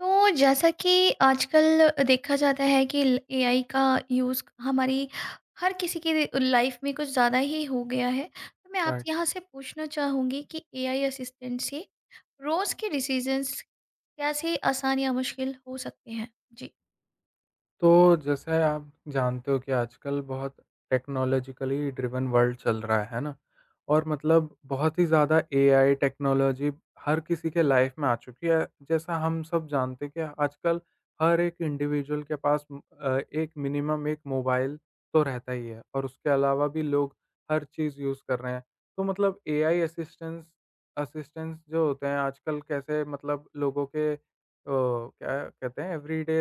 तो जैसा कि आजकल देखा जाता है कि एआई का यूज़ हमारी हर किसी की लाइफ में कुछ ज़्यादा ही हो गया है। तो मैं राइट। आपसे यहाँ से पूछना चाहूँगी कि एआई असिस्टेंट से रोज़ के डिसीजंस कैसे आसान या मुश्किल हो सकते हैं जी। तो जैसे आप जानते हो कि आजकल बहुत टेक्नोलॉजिकली ड्रिवन वर्ल्ड चल रहा है ना? और मतलब बहुत ही ज़्यादा एआई टेक्नोलॉजी हर किसी के लाइफ में आ चुकी है। जैसा हम सब जानते हैं कि आजकल हर एक इंडिविजुअल के पास एक मिनिमम एक मोबाइल तो रहता ही है, और उसके अलावा भी लोग हर चीज़ यूज़ कर रहे हैं। तो मतलब एआई असिस्टेंस असिस्टेंस जो होते हैं आजकल कैसे मतलब लोगों के क्या कहते हैं एवरीडे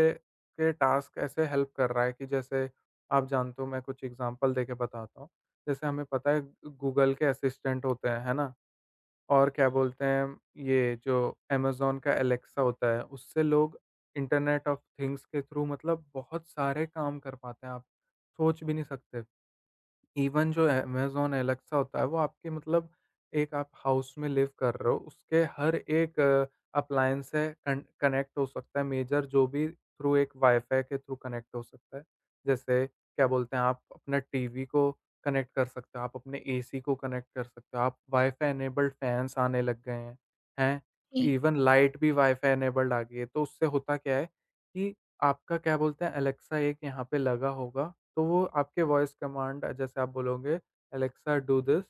के टास्क ऐसे हेल्प कर रहा है कि जैसे आप जानते हो, मैं कुछ एग्जांपल देके बताता हूँ। जैसे हमें पता है गूगल के असिस्टेंट होते हैं, है ना? और क्या बोलते हैं, ये जो अमेज़न का एलेक्सा होता है, उससे लोग इंटरनेट ऑफ थिंग्स के थ्रू मतलब बहुत सारे काम कर पाते हैं, आप सोच भी नहीं सकते। इवन जो अमेज़न एलेक्सा होता है वो आपके मतलब, एक आप हाउस में लिव कर रहे हो, उसके हर एक अप्लायंस से कन कनेक्ट हो सकता है, मेजर जो भी थ्रू, एक वाईफ़ाई के थ्रू कनेक्ट हो सकता है। जैसे क्या बोलते हैं, आप अपने टीवी को कनेक्ट कर सकते हो, आप अपने एसी को कनेक्ट कर सकते हो, आप वाईफ़ाई इनेबल्ड फैन्स आने लग गए हैं, हैं? जी, इवन लाइट भी वाईफ़ाई इनेबल्ड आ गई है, तो उससे होता क्या है कि आपका क्या बोलते हैं एलेक्सा एक यहाँ पे लगा होगा, तो वो आपके वॉइस कमांड जैसे आप बोलोगे एलेक्सा डू दिस,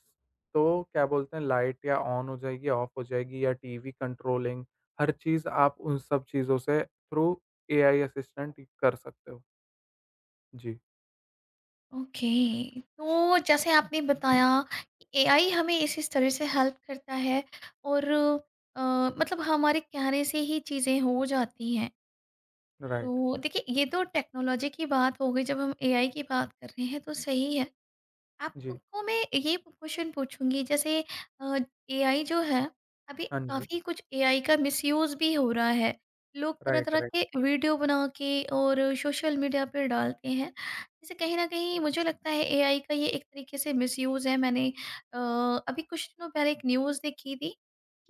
तो क्या बोलते हैं लाइट या ऑन हो जाएगी, ऑफ हो जाएगी, या टीवी कंट्रोलिंग हर चीज़ आप उन सब चीज़ों से थ्रू एआई असिस्टेंट कर सकते हो। जी, ओके। तो जैसे आपने बताया कि एआई हमें इस तरह से हेल्प करता है और अ, मतलब हमारे कहने से ही चीज़ें हो जाती हैं। राइट। तो देखिए, ये तो टेक्नोलॉजी की बात हो गई। जब हम एआई की बात कर रहे हैं तो सही है, जी। आपको मैं ये क्वेश्चन पूछूंगी। जैसे, एआई जो है, अभी हाँ जी। काफ़ी कुछ एआई का मिसयूज भी हो रहा है। लोग तरह राइट, तरह राइट। के वीडियो बना के और सोशल मीडिया पर डालते हैं। जैसे कहीं ना कहीं मुझे लगता है एआई का ये एक तरीके से मिसयूज है। मैंने अभी कुछ दिनों पहले एक न्यूज़ देखी थी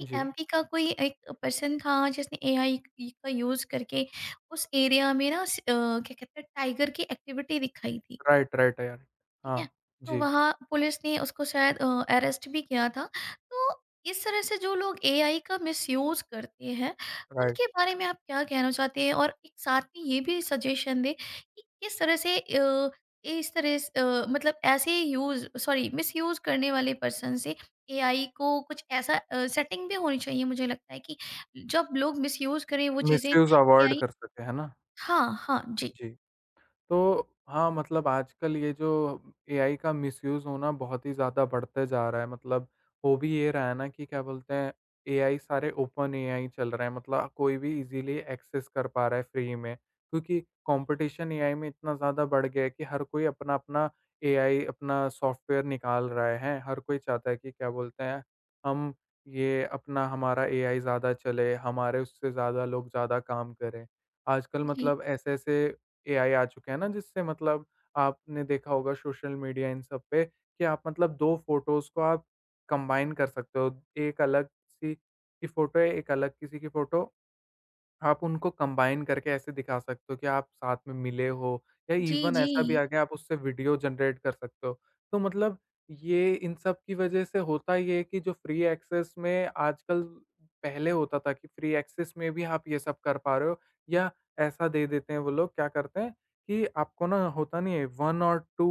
कि जी। एमपी का कोई एक पर्सन था जिसने एआई का यूज़ करके उस एरिया में ना क्या कहते हैं, टाइगर की एक्टिविटी दिखाई थी। राइट, राइट यार। ठीक है? हाँ, तो जी, वहाँ पुलिस ने उसको शायद अरेस्ट भी किया था। तो इस तरह से जो लोग एआई का मिसयूज़ करते हैं, उनके राइट। बारे में आप क्या कहना चाहते हैं? और एक साथ में ये भी सजेशन दें कि किस तरह से इस तरह मतलब ऐसे यूज़ सॉरी मिसयूज़ करने वाले पर्सन से एआई को कुछ ऐसा सेटिंग भी होनी चाहिए, मुझे लगता है कि जब लोग मिसयूज़ करें वो चीज़ें मिसयूज़ अवॉइड एआई। कर सके, है ना? हाँ, हाँ। जी, जी। तो हाँ, मतलब आजकल ये जो एआई का मिसयूज़ होना बहुत ही ज़्यादा बढ़ते जा रहा है। मतलब हो भी ये रहा है ना कि क्या बोलते हैं, एआई सारे ओपन एआई चल रहे हैं। मतलब कोई भी इज़िली एक्सेस कर पा रहा है फ्री में। क्योंकि कॉम्पिटिशन एआई में इतना ज़्यादा बढ़ गया है कि हर कोई अपना-अपना एआई अपना सॉफ्टवेयर निकाल रहे हैं। हर कोई चाहता है कि क्या बोलते हैं, हम ये अपना हमारा एआई ज़्यादा चले, हमारे उससे ज़्यादा लोग ज़्यादा काम करें। आजकल जी। मतलब ऐसे-ऐसे एआई आ चुके हैं ना, जिससे मतलब आपने देखा होगा सोशल मीडिया इन सब पे कि आप मतलब 2 फ़ोटोज़ को आप कंबाइन कर सकते हो। एक अलग-सी की फ़ोटो है, एक अलग किसी की फ़ोटो, आप उनको कंबाइन करके ऐसे दिखा सकते हो कि आप साथ में मिले हो, या जी, इवन जी। ऐसा भी आ गया आप उससे वीडियो जनरेट कर सकते हो। तो मतलब ये इन सब की वजह से होता ये है कि जो फ्री एक्सेस में आजकल पहले होता था कि फ्री एक्सेस में भी आप ये सब कर पा रहे हो, या ऐसा दे देते हैं वो लोग क्या करते हैं कि आपको ना होता नहीं है, 1 और 2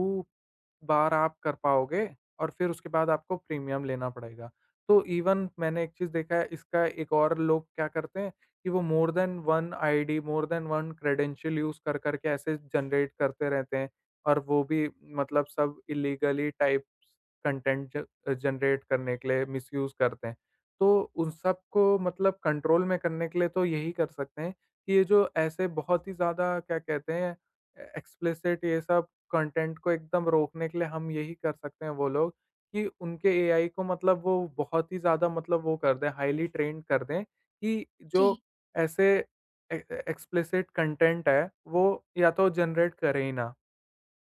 बार आप कर पाओगे और फिर उसके बाद आपको प्रीमियम लेना पड़ेगा। तो इवन मैंने एक चीज़ देखा है इसका, एक और लोग क्या करते हैं कि वो more than 1 ID, more than 1 credential use कर कर के ऐसे जनरेट करते रहते हैं, और वो भी मतलब सब इल्लीगली टाइप्स कंटेंट ज जनरेट करने के लिए मिसयूज़ करते हैं। तो उन सब को मतलब कंट्रोल में करने के लिए तो यही कर सकते हैं कि ये जो ऐसे बहुत ही ज़्यादा क्या कहते हैं ए एक्सप्लिसिट ये सब कंटेंट को एकदम रोकने के लिए हम यही कर सकते हैं वो लोग कि उनके एआई को मतलब वो बहुत ही ज़्यादा मतलब वो कर दें, हाइली ट्रेन्ड कर दें कि जो जी, ऐसे ए एक्सप्लिसिट कंटेंट है, वो या तो जनरेट करे ही ना।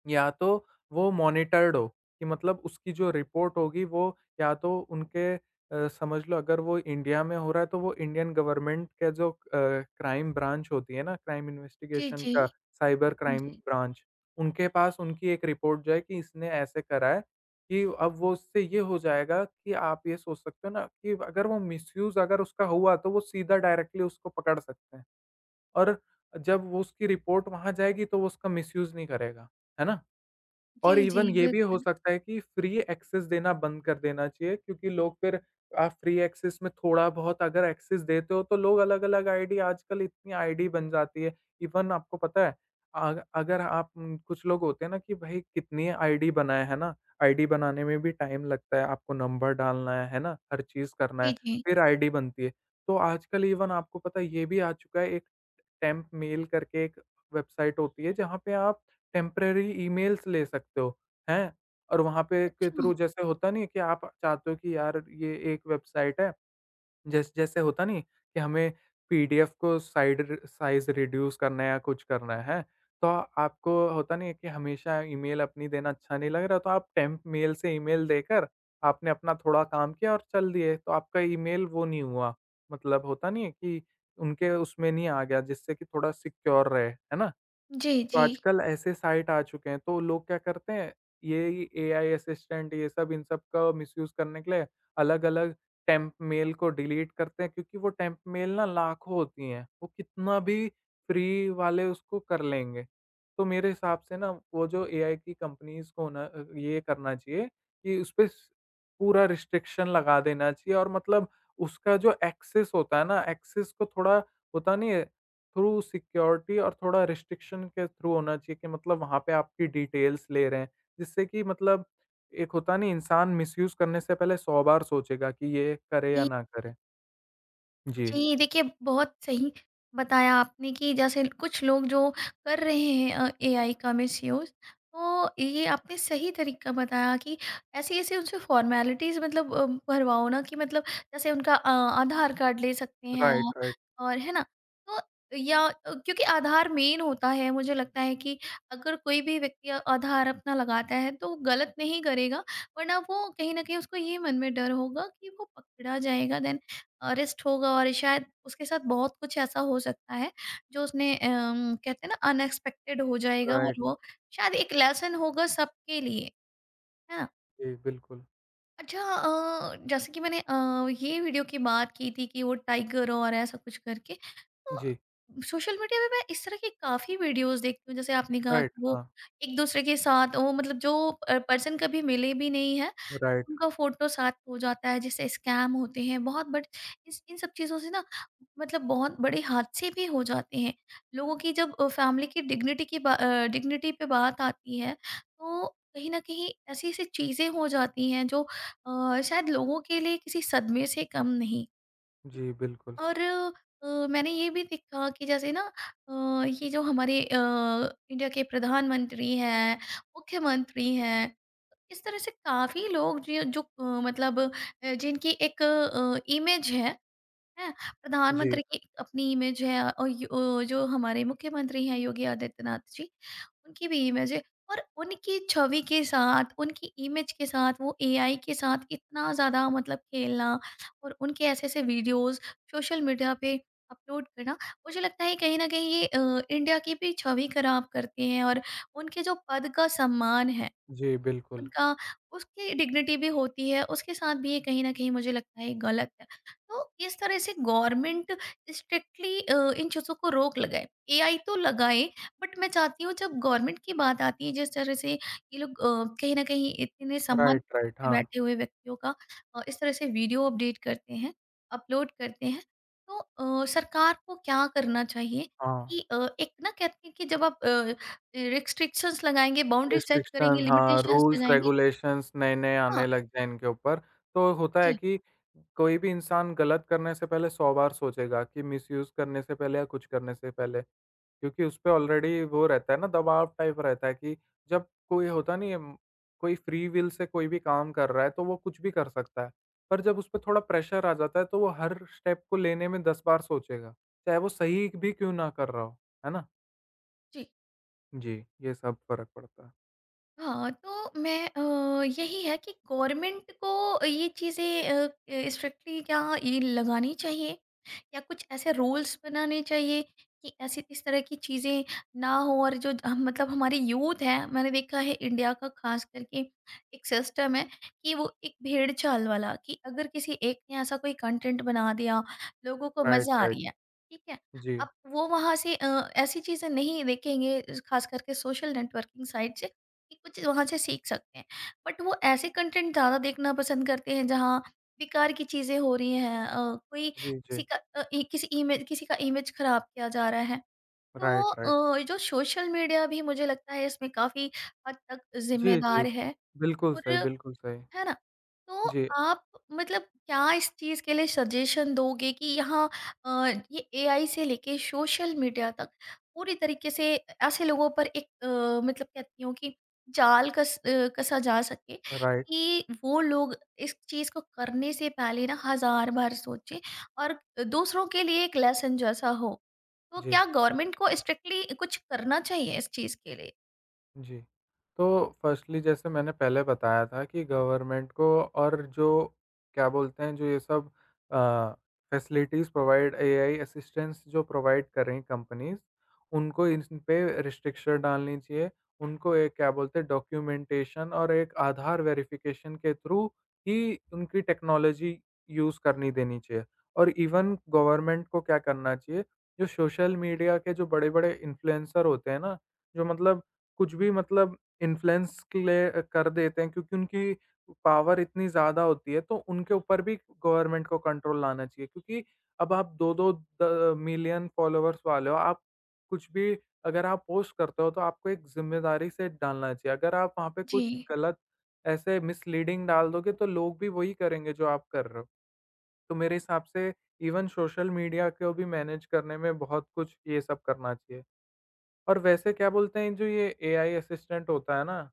या तो वो मॉनिटर्ड हो कि मतलब उसकी जो रिपोर्ट होगी वो, या तो उनके समझ लो अगर वो इंडिया में हो रहा है तो वो इंडियन गवर्नमेंट के जो क्राइम ब्रांच होती है ना, क्राइम जी, इन्वेस्टिगेशन जी। का साइबर क्राइम जी। ब्रांच, उनके पास उनकी एक रिपोर्ट जाए कि इसने ऐसे करा है। कि अब वो उससे ये हो जाएगा कि आप ये सोच सकते हो ना कि अगर वो मिसयूज अगर उसका हुआ तो वो सीधा डायरेक्टली उसको पकड़ सकते हैं, और जब वो उसकी रिपोर्ट वहां जाएगी तो वो उसका मिसयूज नहीं करेगा, है ना? जी, और जी, इवन ये भी हो बिल्कुल। सकता है कि फ्री एक्सेस देना बंद कर देना चाहिए, क्योंकि लोग फिर, आप फ्री एक्सेस में थोड़ा-बहुत अगर एक्सेस देते हो तो लोग अलग-अलग आईडी, आजकल इतनी आईडी बन जाती है। इवन आपको पता है, अग अगर आप कुछ लोग होते हैं ना कि भई कितनी आईडी बनाए, है ना? आईडी बनाने में भी टाइम लगता है, आपको नंबर डालना है ना? हर चीज़ करना है, जी, जी। फिर आईडी बनती है। तो आजकल इवन आपको पता है ये भी आ चुका है, एक टेम्प मेल करके एक वेबसाइट होती है जहाँ पे आप टेम्परेरी ईमेल्स ले सकते हो, हैं? और वहाँ पे के अच्छा। थ्रू जैसे होता नहीं है कि आप चाहते हो कि यार ये एक वेबसाइट है, जैसे होता नहीं कि हमें पीडीएफ को साइड र साइज़ रिड्यूस करना है या कुछ करना है, तो आपको होता नहीं है कि हमेशा ईमेल अपनी देना अच्छा नहीं लग रहा, तो आप टेम्प मेल से ईमेल देकर आपने अपना थोड़ा काम किया और चल दिए, तो आपका ईमेल वो नहीं हुआ। मतलब होता नहीं है कि उनके उसमें नहीं आ गया, जिससे कि थोड़ा सिक्योर रहे, है ना? जी, तो जी। आजकल ऐसे साइट आ चुके हैं, तो लोग क्या करते हैं, ये एआई असिस्टेंट ये सब इन सब का मिसयूज़ करने के लिए अलग-अलग टेम्प मेल को डिलीट करते हैं, क्योंकि वो टेम्प मेल ना लाखों होती हैं, वो कितना भी फ्री वाले उसको कर लेंगे। तो मेरे हिसाब से ना वो जो एआई की कंपनीज़ को ना ये करना चाहिए कि उसपे स पूरा रिस्ट्रिक्शन लगा देना चाहिए। और मतलब उसका जो एक्सेस होता है ना, एक्सेस को थोड़ा, होता नहीं है, थ्रू सिक्योरिटी और थोड़ा रिस्ट्रिक्शन के थ्रू होना चाहिए, कि मतलब वहाँ पे आपकी डिटेल्स ले रहे हैं, जिससे कि मतलब एक होता नहीं, इंसान मिसयूज़ करने से पहले 100 बार सोचेगा कि ये करे या ये ना करे। जी, जी, देखिए बहुत सही बताया आपने कि जैसे कुछ लोग जो कर रहे हैं एआई का मिसयूज़। तो ये आपने सही तरीका बताया कि ऐसे-ऐसे उनसे फ़ॉर्मेलिटीज़ मतलब भरवाओ ना कि मतलब जैसे उनका आधार कार्ड ले सकते हैं राइट, राइट, और, है ना? तो या क्योंकि आधार मेन होता है, मुझे लगता है कि अगर कोई भी व्यक्ति आधार अपना लगाता है तो वो गलत नहीं करेगा। वरना वो कहीं न कहीं उसको ये मन में डर होगा कि वो पकड़ा जाएगा, देन रेस्ट होगा और शायद उसके साथ बहुत कुछ ऐसा हो सकता है जो उसने कहते हैं ना, अनएक्सपेक्टेड हो जाएगा राइट। और वो शायद एक लेसन होगा सबके लिए, है ना? जी, बिल्कुल। अच्छा, जैसे कि मैंने ये वीडियो की बात की थी कि वो टाइगर और ऐसा कुछ करके, जी, तो सोशल मीडिया पे मैं इस तरह की काफ़ी वीडियोज़ देखती हूँ। जैसे आपने कहा राइट, कि वो हाँ, एक-दूसरे के साथ वो मतलब जो पर्सन कभी मिले भी नहीं हैं, राइट। उनका फ़ोटो साथ हो जाता है, जैसे स्कैम होते हैं बहुत, बट इस इन सब चीज़ों से ना मतलब बहुत बड़े हादसे भी हो जाते हैं। लोगों की जब फ़ैमिली की डिग्निटी की डिग्निटी पे बात आती है, तो कहीं न कहीं ऐसी-ऐसी चीज़ें हो जाती हैं जो शायद लोगों के लिए किसी सदमे से कम नहीं। जी, बिल्कुल। और मैंने ये भी देखा कि जैसे ना, अ, ये जो हमारे इंडिया के प्रधानमंत्री हैं, मुख्यमंत्री हैं, इस तरह से काफ़ी लोग जो जो मतलब जिनकी एक इमेज है, हैं? जी, प्रधानमंत्री की एक अपनी इमेज है और जो हमारे मुख्यमंत्री हैं योगी आदित्यनाथ जी, उनकी भी इमेज है और उनकी छवि के साथ, उनकी इमेज के साथ, वो एआई के साथ इतना ज़्यादा मतलब खेलना और उनके ऐसे-ऐसे वीडियोज़ सोशल मीडिया पे अपलोड करना, मुझे लगता है कहीं न कहीं ये इंडिया की भी छवि खराब करते हैं। और उनके जो पद का सम्मान है, जी, बिल्कुल। उनका, उसकी डिग्निटी भी होती है, उसके साथ भी ये कहीं न कहीं मुझे लगता है गलत है। तो इस तरह से गवर्नमेंट स्ट्रिक्टली इन चीज़ों को रोक लगाए। एआई तो लगाए, बट मैं चाहती हूँ जब गवर्नमेंट की बात आती है जिस तरह से ये लोग कहीं न कहीं इतने सम्मान राइट, राइट, पे हाँ, बैठे हुए व्यक्तियों का इस तरह से वीडियो अपडेट करते हैं, अपलोड करते हैं, तो सरकार को क्या करना चाहिए हाँ। कि एक ना कहते हैं कि जब आप रिस्ट्रिक्शंस लगाएँगे, बाउंड्री सेट करेंगे, रिस्ट्रिक्शन, हाँ, लिमिटेशंस रूल्स लगाएँगे। रेगुलेशंस नए-नए हाँ, आने लग जाएँ इनके ऊपर। तो होता है जी, कि कोई भी इंसान गलत करने से पहले 100 बार सोचेगा कि मिसयूज़ करने से पहले या कुछ करने से पहले। क्योंकि उस पे ऑलरेडी वो रहता है ना दबाव टाइप रहता है, कि जब कोई होता नहीं है, कोई फ्री विल से कोई भी काम कर रहा है तो वो कुछ भी कर सकता है। पर जब उस पे थोड़ा प्रेशर आ जाता है तो वो हर स्टेप को लेने में 10 बार सोचेगा। चाहे वो सही भी क्यों ना कर रहा हो। है ना? जी। जी, ये सब फ़र्क पड़ता है। हाँ, तो मैं यही है कि गवर्नमेंट को ये चीज़ें स्ट्रिक्टली क्या ये लगानी चाहिए या कुछ ऐसे रूल्स बनाने चाहिए कि ऐसी इस तरह की चीज़ें ना हो। और जो हम मतलब हमारी यूथ है, मैंने देखा है इंडिया का, खास करके एक सिस्टम है कि वो एक भेड़ चाल वाला, कि अगर किसी एक ने ऐसा कोई कंटेंट बना दिया, लोगों को राइट, मज़ा आ राइट। रही है, ठीक है? जी। अब वो वहाँ से ऐसी चीज़ें नहीं देखेंगे, खास करके सोशल नेटवर्किंग साइट से कि कुछ वहाँ से सीख सकते हैं। बट वो ऐसे कंटेंट ज़्यादा देखना पसंद करते हैं जहाँ बेकार की चीज़ें हो रही हैं, कोई जी, जी। किसी का अ, इ किसी इमेज, किसी का इमेज ख़राब किया जा रहा है। तो राइट, राइट। जो सोशल मीडिया, भी मुझे लगता है इसमें काफ़ी हद तक जी, जी। ज़िम्मेदार है। बिल्कुल और, सही, बिल्कुल सही। है ना? तो जी, आप मतलब क्या इस चीज़ के लिए सजेशन दोगे कि यहाँ अ, ये एआई से लेके सोशल मीडिया तक पूरी तरीके से ऐसे लोगों पर एक मतलब कहती हूँ कि जाल कसा जा सके राइट। कि वो लोग इस चीज़ को करने से पहले ना हज़ार बार सोचें और दूसरों के लिए एक लेसन जैसा हो। तो जी। क्या गवर्नमेंट को स्ट्रिक्टली कुछ करना चाहिए इस चीज़ के लिए? जी। तो फ़र्स्टली जैसे मैंने पहले बताया था, कि गवर्नमेंट को और जो क्या बोलते हैं जो ये सब अ, फ़ैसिलिटीज़ प्रोवाइड, एआई असिस्टेंस जो प्रोवाइड कर रही कंपनीज़, उनको इन पे रिस्ट्रिक्शन डालनी चाहिए। उनको एक क्या बोलते हैं डॉक्यूमेंटेशन और एक आधार वेरिफ़िकेशन के थ्रू ही उनकी टेक्नोलॉज़ी यूज़ करनी देनी चाहिए। और इवन गवर्नमेंट को क्या करना चाहिए, जो सोशल मीडिया के जो बड़े-बड़े इन्फ्लुएंसर होते हैं ना, जो मतलब कुछ भी मतलब इन्फ्लुएंस ले कर देते हैं, क्योंकि उनकी पावर इतनी ज़्यादा होती है, तो उनके ऊपर भी गवर्नमेंट को कंट्रोल लाना चाहिए। क्योंकि अब आप 2-2 द मिलियन फॉलोअर्स वाले हो, आप कुछ भी अगर आप पोस्ट करते हो तो आपको एक ज़िम्मेदारी से डालना चाहिए। अगर आप वहाँ पे जी। कुछ गलत ऐसे मिसलीडिंग डाल दोगे तो लोग भी वही करेंगे जो आप कर रहे हो। तो मेरे हिसाब से इवन सोशल मीडिया को भी मैनेज करने में बहुत कुछ ये सब करना चाहिए। और वैसे क्या बोलते हैं जो ये एआई असिस्टेंट होता है ना,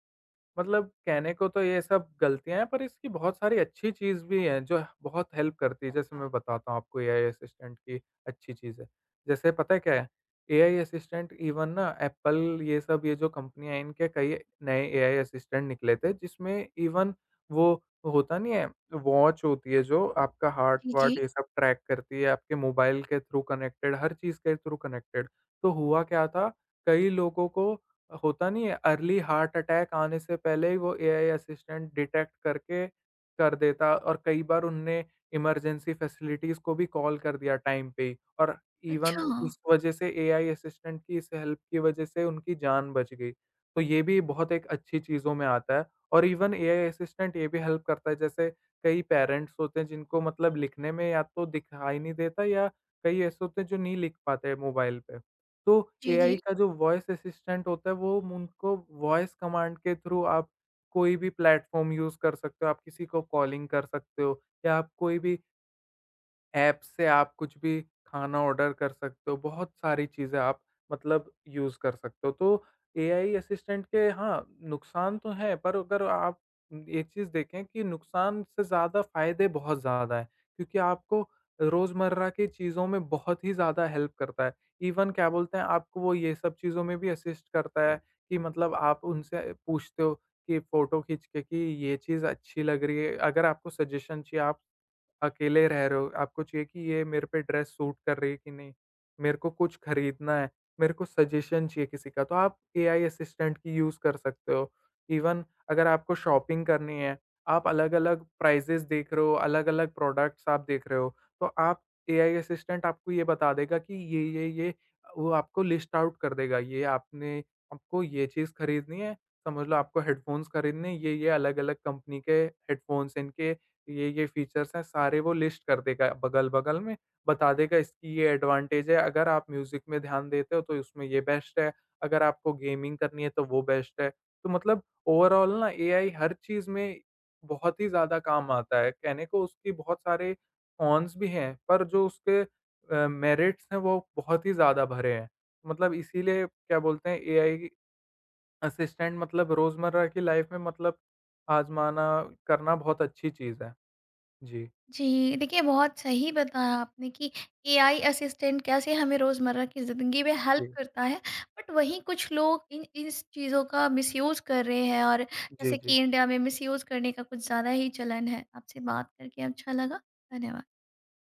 मतलब कहने को तो ये सब गलतियाँ हैं, पर इसकी बहुत सारी अच्छी चीज़ भी हैं, जो बहुत हेल्प करती है। जैसे मैं बताता हूँ आपको एआई असिस्टेंट की अच्छी चीज़ें। जैसे पता है क्या है? एआई असिस्टेंट इवन ना एप्पल ये सब ये जो कंपनियाँ हैं, इनके कई नए एआई असिस्टेंट निकले थे, जिसमें इवन वो होता नहीं है, वॉच होती है जो आपका जी, जी। हार्ट-वार्ट ये सब ट्रैक करती है, आपके मोबाइल के थ्रू कनेक्टेड, हर चीज़ के थ्रू कनेक्टेड। तो हुआ क्या था, कई लोगों को होता नहीं है अर्ली हार्ट अटैक आने से पहले ही वो एआई असिस्टेंट डिटेक्ट करके कर देता, और कई बार उनने इमरजेंसी फैसिलिटीज़ को भी कॉल कर दिया टाइम पे ही, और इवन अच्छा। इस वजह से एआई असिस्टेंट की इस हेल्प की वजह से उनकी जान बच गई। तो ये भी बहुत एक अच्छी चीज़ों में आता है। और इवन एआई असिस्टेंट ये भी हेल्प करता है, जैसे कई पेरेंट्स होते हैं जिनको मतलब लिखने में या तो दिखाई नहीं देता, या कई ऐसे होते हैं जो नहीं लिख पाते मोबाइल पे। तो जी, एआई जी। का जो वॉइस असिस्टेंट होता है वो उनको वॉइस कमांड के थ्रू आप कोई भी प्लेटफ़ॉर्म यूज़ कर सकते हो, आप किसी को कॉलिंग कर सकते हो, या आप कोई भी ऐप से आप कुछ भी खाना ऑर्डर कर सकते हो, बहुत सारी चीज़ें आप मतलब यूज़ कर सकते हो। तो एआई असिस्टेंट के, हाँ, नुकसान तो हैं, पर अगर आप एक चीज़ देखें कि नुकसान से ज़्यादा फ़ायदे बहुत ज़्यादा हैं, क्योंकि आपको रोज़मर्रा की चीज़ों में बहुत ही ज़्यादा हेल्प करता है। इवन क्या बोलते हैं, आपको वो ये सब चीज़ों में भी असिस्ट करता है, कि मतलब आप उनसे पूछते हो कि फ़ोटो खींच के कि ये चीज़ अच्छी लग रही है, अगर आपको सजेशन चाहिए, आप अकेले रह रहे हो, आपको चाहिए कि ये मेरे पे ड्रेस सूट कर रही है कि नहीं? मेरे को कुछ खरीदना है, मेरे को सजेशन चाहिए किसी का, तो आप एआई असिस्टेंट की यूज़ कर सकते हो। इवन अगर आपको शॉपिंग करनी है, आप अलग-अलग प्राइसेज़ देख रहे हो, अलग-अलग प्रोडक्ट्स आप देख रहे हो, तो आप, एआई असिस्टेंट आपको ये बता देगा कि ये, वो आपको लिस्ट आउट कर देगा, ये आपने, आपको ये चीज़ खरीदनी है, समझ लो आपको हेडफ़ोन्स खरीदने हैं, ये अलग-अलग कंपनी के हेडफ़ोन्स हैं, इनके ये फीचर्स हैं, सारे वो लिस्ट कर देगा बगल-बगल में, बता देगा इसकी ये एडवांटेज है, अगर आप म्यूज़िक में ध्यान देते हो तो इसमें ये बेस्ट है, अगर आपको गेमिंग करनी है तो वो बेस्ट है। तो मतलब ओवरऑल ना एआई हर चीज़ में बहुत ही ज़्यादा काम आता है, कहने को उसके बहुत सारे कॉन्स भी हैं, पर जो उसके मेरिट्स हैं वो बहुत ही ज़्यादा भरे हैं। मतलब इसीलिए क्या बोलते हैं एआई असिस्टेंट मतलब रोज़मर्रा की लाइफ़ में मतलब आज़माना, करना बहुत अच्छी चीज़ है। जी। जी, देखिए बहुत सही बताया आपने कि एआई असिस्टेंट कैसे हमें रोज़मर्रा की ज़िंदगी में हेल्प जी, करता है। बट वहीं कुछ लोग इन इस चीज़ों का मिसयूज़ कर रहे हैं और जी, जैसे कि जी। इंडिया में मिसयूज़ करने का कुछ ज़्यादा ही चलन है। आपसे बात करके अच्छा लगा। धन्यवाद।